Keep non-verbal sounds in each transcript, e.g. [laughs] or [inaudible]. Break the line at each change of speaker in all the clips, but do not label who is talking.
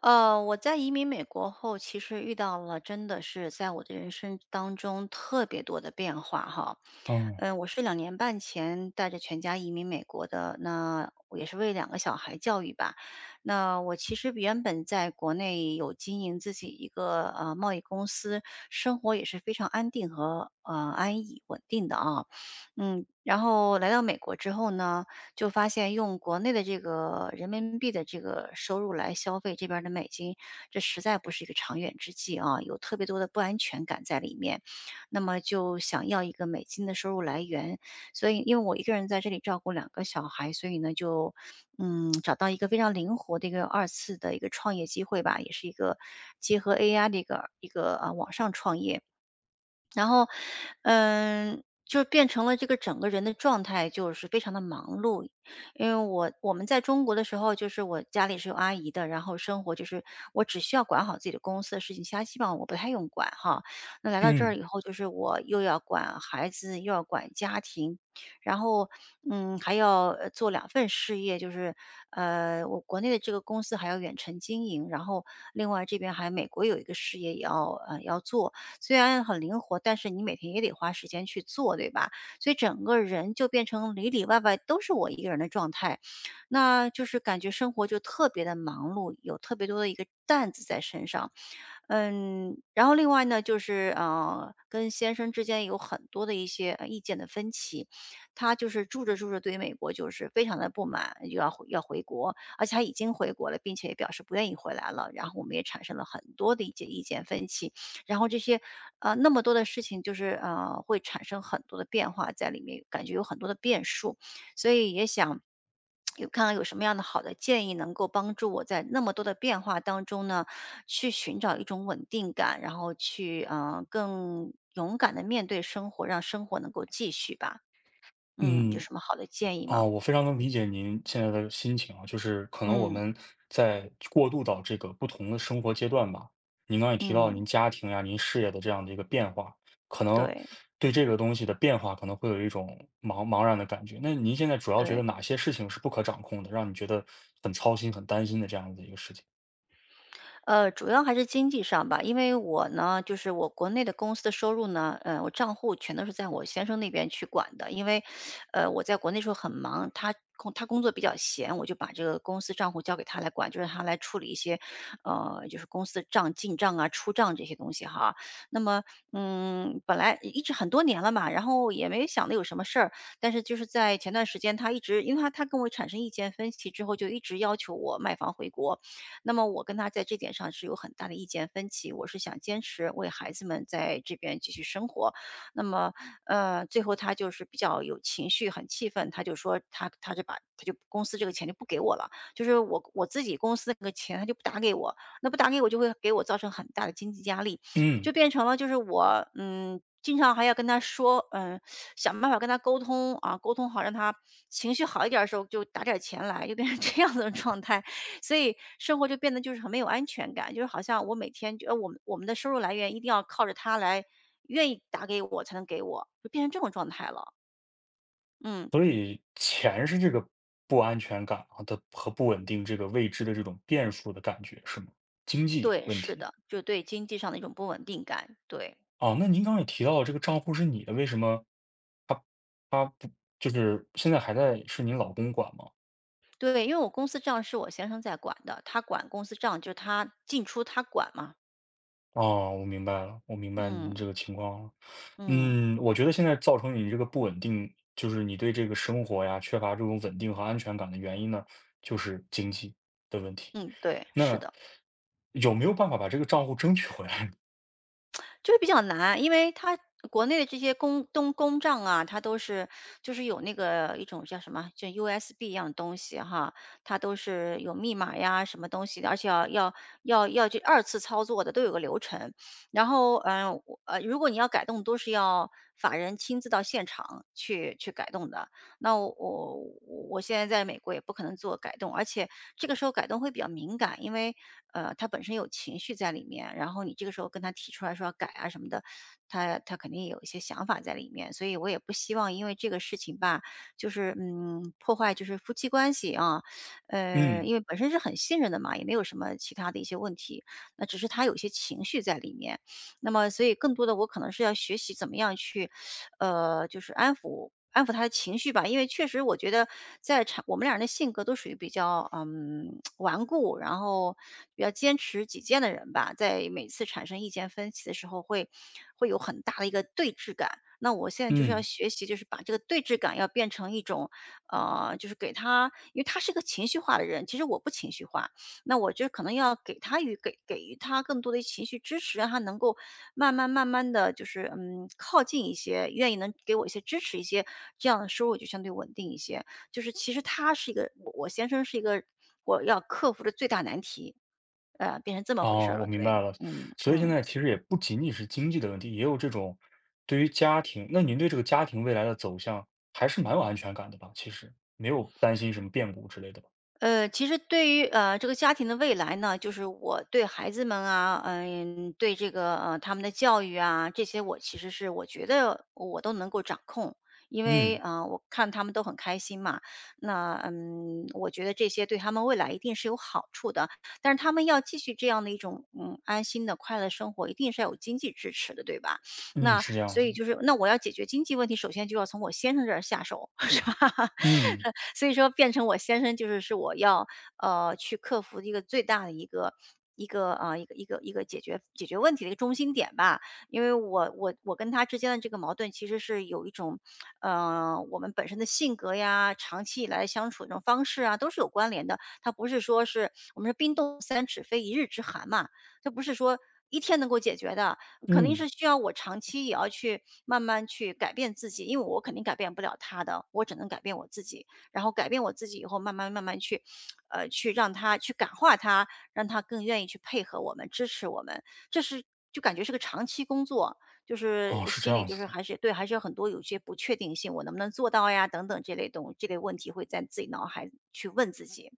我在移民美国后，其实遇到了真的是在我的人生当中特别多的变化哈。
嗯。
嗯，我是两年半前带着全家移民美国的，那我也是为两个小孩教育吧。那我其实原本在国内有经营自己一个贸易公司，生活也是非常安定和安逸稳定的啊。嗯，然后来到美国之后呢，就发现用国内的这个人民币的这个收入来消费这边儿的美金，这实在不是一个长远之计啊，有特别多的不安全感在里面。那么就想要一个美金的收入来源，所以因为我一个人在这里照顾两个小孩，所以呢就找到一个非常灵活的一个二次的一个创业机会吧，也是一个结合 AI 的一个啊网上创业。然后，嗯，就变成了这个整个人的状态就是非常的忙碌。因为我们在中国的时候，就是我家里是有阿姨的，然后生活就是我只需要管好自己的公司的事情，其他基本上我不太用管哈。那来到这儿
嗯。
以后，就是我又要管孩子，又要管家庭，然后，嗯，还要，做两份事业，就是，我国内的这个公司还要远程经营，然后另外这边还美国有一个事业也要要做。虽然很灵活，但是你每天也得花时间去做，对吧？所以整个人就变成里里外外都是我一个人的状态，那就是感觉生活就特别的忙碌，有特别多的一个担子在身上。嗯，然后另外呢，就是跟先生之间有很多的一些意见的分歧，他就是住着住着对于美国就是非常的不满，又要回国，而且他已经回国了，并且也表示不愿意回来了。然后我们也产生了很多的一些意见分歧，然后这些那么多的事情就是会产生很多的变化在里面，感觉有很多的变数。所以也想有看看有什么样的好的建议，能够帮助我在那么多的变化当中呢，去寻找一种稳定感，然后去更勇敢的面对生活，让生活能够继续吧。嗯，有
嗯。
什么好的建议吗？
我非常能理解您现在的心情啊，就是可能我
嗯
们在过渡到这个不同的生活阶段吧。您刚刚也提到
嗯，
您家庭呀、您事业的这样的一个变化，可能
对
对这个东西的变化可能会有一种茫茫然的感觉。那您现在主要觉得
对。
哪些事情是不可掌控的，让你觉得很操心、很担心的这样子一个事情？
主要还是经济上吧，因为我呢，就是我国内的公司的收入呢，呃，我账户全都是在我先生那边去管的，因为，我在国内时候很忙，他工作比较闲，我就把这个公司账户交给他来管，就是他来处理一些，就是公司账进账啊、出账这些东西哈。那么，嗯，本来一直很多年了嘛，然后也没想的有什么事儿，但是就是在前段时间，他一直因为他跟我产生意见分歧之后，就一直要求我卖房回国，那么我跟他在这点上是有很大的意见分歧，我是想坚持为孩子们在这边继续生活。那么，最后他就是比较有情绪，很气愤，他就说他就公司这个钱就不给我了，就是我自己公司那个钱他就不打给我，那不打给我就会给我造成很大的经济压力，就
嗯，
变成了就是我经常还要跟他说，嗯，想办法跟他沟通啊，沟通好，让他情绪好一点的时候就打点钱来，就变成这样子的状态。所以生活就变得就是很没有安全感，就是好像我每天就我们的收入来源一定要靠着他来愿意打给我才能给我，就变成这种状态了。嗯，
钱是这个不安全感啊的和不稳定这个未知的这种变数的感觉，是吗？经济
对，
问
是
题。
的，就对经济上的一种不稳定感，对。
哦，那您刚刚也提到了这个账户是你的，为什么他不现在还在是您老公管吗？
对，因为我公司账是我先生在管的，他管公司账，就是他进出他管嘛。
哦，我明白了，我明白您这
嗯
个情况了。
嗯
嗯，我觉得现在造成你这个不稳定，就是你对这个生活呀缺乏这种稳定和安全感的原因呢，就是经济的问题。
嗯，对，是
那
的。
有没有办法把这个账户争取回来呢？
就是比较难，因为它国内的这些公账啊，它都是就是有那个一种叫什么，就 USB 一样的东西哈，它都是有密码呀什么东西的，而且要去二次操作的都有个流程。然后如果你要改动，都是要法人亲自到现场去改动的。那我现在在美国也不可能做改动，而且这个时候改动会比较敏感，因为他本身有情绪在里面，然后你这个时候跟他提出来说要改啊什么的，他肯定也有一些想法在里面，所以我也不希望因为这个事情吧，就是破坏就是夫妻关系啊，
嗯
因为本身是很信任的嘛，也没有什么其他的一些问题，那只是他有一些情绪在里面，那么所以更多的我可能是要学习怎么样去就是安抚安抚他的情绪吧。因为确实我觉得我们俩人的性格都属于比较，嗯 [tsk]，顽固，然后比较坚持己见的人吧，在每次产生意见分歧的时候会有很大的一个对峙感。那我现在就是要
嗯。
学习，就是把这个对峙感要变成一种，就是给他因为他是个情绪化的人，其实我不情绪化，那我就可能要给予他更多的情绪支持，让他能够慢慢慢慢的就是靠近一些，愿意能给我一些支持一些，这样的收入就相对稳定一些。就是其实他是一个我先生是一个我要克服的最大难题，变成这么回事
哦，
儿
我
了，
明
对，
白了。
嗯
所以现
嗯。
在其实也不仅仅是经济的问题，也有这种对于家庭那您对这个家庭未来的走向还是蛮有安全感的吧？其实，没有担心什么变故之类的吧？
其实对于这个家庭的未来呢，就是我对孩子们啊，嗯、对这个他们的教育啊，这些我其实是我觉得我都能够掌控，因为
嗯。
啊、我看他们都很开心嘛，那嗯，我觉得这些对他们未来一定是有好处的，但是他们要继续这样的一种安心的快乐生活，一定是要有经济支持的，对吧？
嗯，
那
是这样
所
子
以
的。
就是那我要解决经济问题，首先就要从我先生这儿下手，[laughs] 是吧？
嗯。
[laughs] 所以说变成我先生就是我要去克服的一个最大的一个。一个一个解决问题的一个中心点吧，因为我跟他之间的这个矛盾其实是有一种，我们本身的性格呀，长期以来相处的这种方式啊，都是有关联的。他不是说是我们是冰冻三尺非一日之寒嘛，这不是说一天能够解决的。肯定是
嗯。
需要我长期也要去慢慢去改变自己，因为我肯定改变不了他的，我只能改变我自己。然后改变我自己以后，慢慢慢慢去，去让他去感化他，让他更愿意去配合我们、支持我们。这是就感觉是个长期工作，就
哦，
是
是这
心里
样
就
子
是
的。
还是对，还是有很多有些不确定性，我能不能做到呀？等等这类问题会在自己脑海去问自己。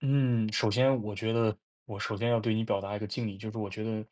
嗯，首先我觉得我首先要对你表达一个敬意，就是我觉得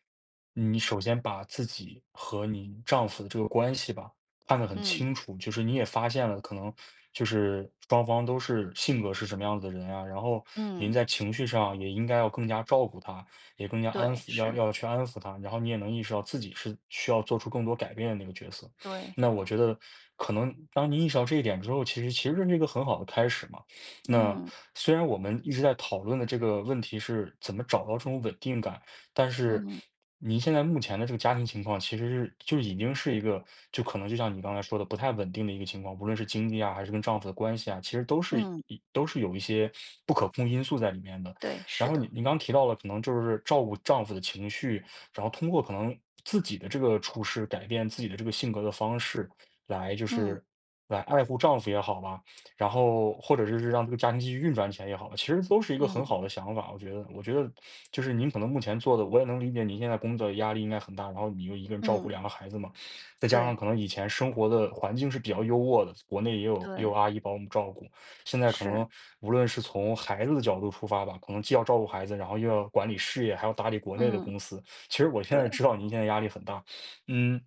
你首先把自己和你丈夫的这个关系吧，看得很
嗯
清楚，就是你也发现了，可能就是双方都是性格是什么样子的人啊，然后您
嗯，
在情绪上也应该要更加照顾他，也更加安
对，
抚，要
是，
要去安抚他，然后你也能意识到自己是需要做出更多改变的那个角色。
对，
那我觉得，可能当你意识到这一点之后，其实这是一个很好的开始嘛。那
嗯
虽然我们一直在讨论的这个问题是怎么找到这种稳定感，但是
嗯
您现在目前的这个家庭情况，其实是就已经是一个，就可能就像你刚才说的不太稳定的一个情况，无论是经济啊，还是跟丈夫的关系啊，其实都是
嗯，
都是有一些不可控因素在里面的。
对，
然
是
后你
的，
你刚提到了，可能就是照顾丈夫的情绪，然后通过可能自己的这个处事改变自己的这个性格的方式，来就
嗯。
是来爱护丈夫也好吧，然后或者就是让这个家庭继续运转起来也好，其实都是一个很
嗯
好的想法。我觉得就是您可能目前做的，我也能理解您现在工作压力应该很大，然后你又一个人照顾
嗯，
两个孩子嘛，再加上
对
可能以前生活的环境是比较优渥的，国内也有也
对，
有阿姨帮我们照顾，现在可
是，
能无论是从孩子的角度出发吧，可能既要照顾孩子，然后又要管理事业，还要打理国内的
嗯，
公司。其实我现
对，
在知道您现在压力很大。嗯，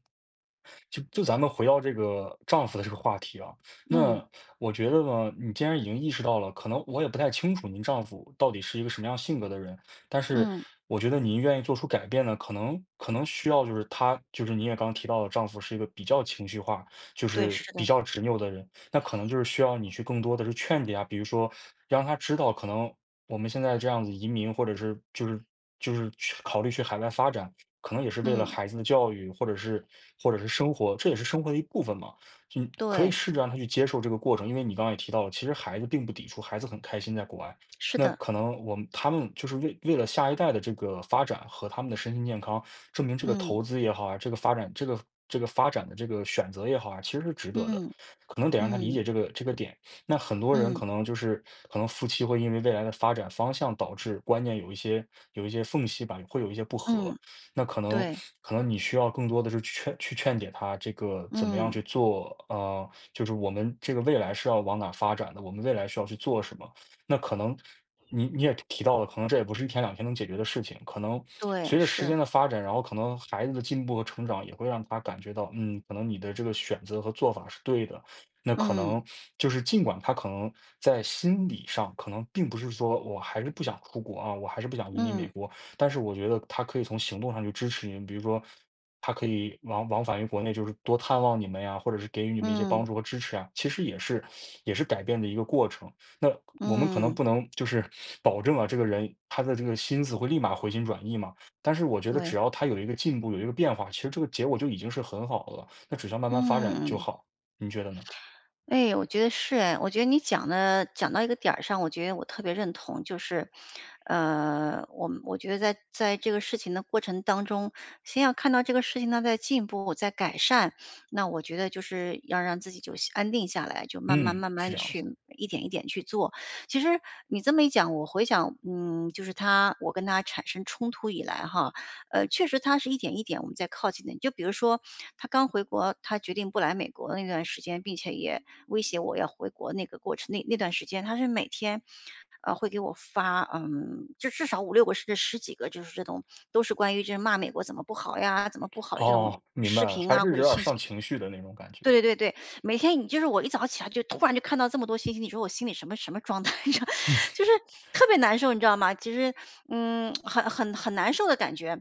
就就咱们回到这个丈夫的这个话题啊。
嗯
那我觉得呢，你既然已经意识到了，可能我也不太清楚您丈夫到底是一个什么样性格的人，但是
嗯，
我觉得您愿意做出改变呢，可能需要就是他，就是你也刚提到的，丈夫是一个比较情绪化，就
对，
是
是
比
的，
较执拗的人，那可能就是需要你去更多的是劝解啊，比如说让他知道，可能我们现在这样子移民，或者是就是去考虑去海外发展，可能也是为了
嗯，
孩子的教育，或者是生活，这也是生活的一部分嘛。你可以
对，
试着让他去接受这个过程，因为你刚刚也提到了，其实孩子并不抵触，孩子很开心在国外。
是
那
的，
可能我们他们就是为了下一代的这个发展和他们的身心健康，证明这个投
嗯
资也好啊，这个发展这个这个发展的这个选择也好啊，其实是值得的。
嗯
可能得让他理
嗯
解这个点。那很多人
嗯
可能就是可能夫妻会因为未来的发展方向导致观念有一些缝隙吧，会有一些不合。
嗯，
那可能
对，
可能你需要更多的是去劝解他，这个怎么样
嗯
去做？就是我们这个未来是要往哪发展的，我们未来需要去做什么？那可能你你也提到了，可能这也不是一天两天能解决的事情，可能
对，
随着时
是，
间的发展，然后可能孩子的进步和成长也会让他感觉到，嗯，可能你的这个选择和做法是对的。那可
嗯
能就是尽管他可能在心理上可能并不是说我还是不想出国啊，我还是不想移民美
嗯
国，但是我觉得他可以从行动上去支持你们，比如说他可以往往返于国内，就是多探望你们呀，或者是给予你们一些
嗯
帮助和支持啊，其实也是也是改变的一个过程。那我们可能
嗯，
不能就是 [laughs] 保证啊，这个人他的这个心思会立马回心转意嘛，但是我觉得
对，
只要他有一个进步，有一个变化，其实这个结果就已经是很好了，那只需要慢慢发展就
嗯。
好。您觉得呢？
哎，我觉得是哎，我觉得你讲的讲到一个点儿上，我觉得我特别认同，就是，我觉得在这个事情的过程当中，先要看到这个事情它在进步，在改善，那我觉得就是要让自己就安定下来，就慢慢
嗯，
慢
是
慢
这样子。
去一点一点去做。其实你这么一讲，我回想，嗯，就是我跟他产生冲突以来哈，确实他是一点一点我们在靠近的。就比如说他刚回国，他决定不来美国那段时间，并且也威胁我要回国那个过程那段时间，他是每天，会给我发，嗯，就至少五六个甚至十几个，就是这种都是关于就是骂美国怎么不好呀，怎么不好的这种
哦，明白
视
了，
频
还
啊
是
或者
有点儿
信
上
息。
情绪的那种感
对
觉。
对对对，每天你就是我一早起来就突然就看到这么多信息，你说我心里什么什么状态，[laughs] 你知道，[laughs] 就是特别难受，你知道吗？其实，嗯，很难受的感觉。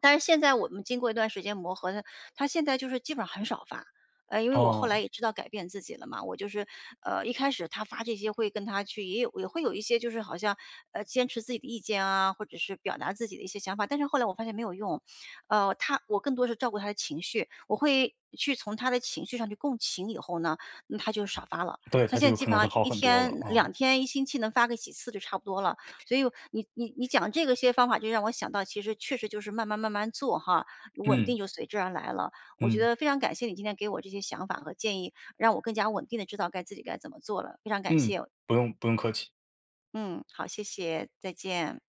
但是现在我们经过一段时间磨合呢，他现在就是基本上很少发。因为我后来
哦，
也知道改变自己了嘛，我就是一开始他发这些会跟他去也有也会有一些就是好像坚持自己的意见啊，或者是表达自己的一些想法，但是后来我发现没有用，我更多是照顾他的情绪，我会去从他的情绪上去共情，以后呢，那他就少发了。
对，
他
他
现
就
在基
可
本
能会
上
好
一
很多了，
天、
啊。
两天、一星期能发个几次就差不多了。所以你讲这个些方法，就让我想到，其实确实就是慢慢慢慢做哈，稳定
嗯。
就随之而来了。我觉
嗯。
得非常感谢你今天给我这些想法和建议，让我更加稳定的知道该自己该怎么做了，非常感
嗯，
谢。
不用不用客气。
嗯，好，谢谢，再见。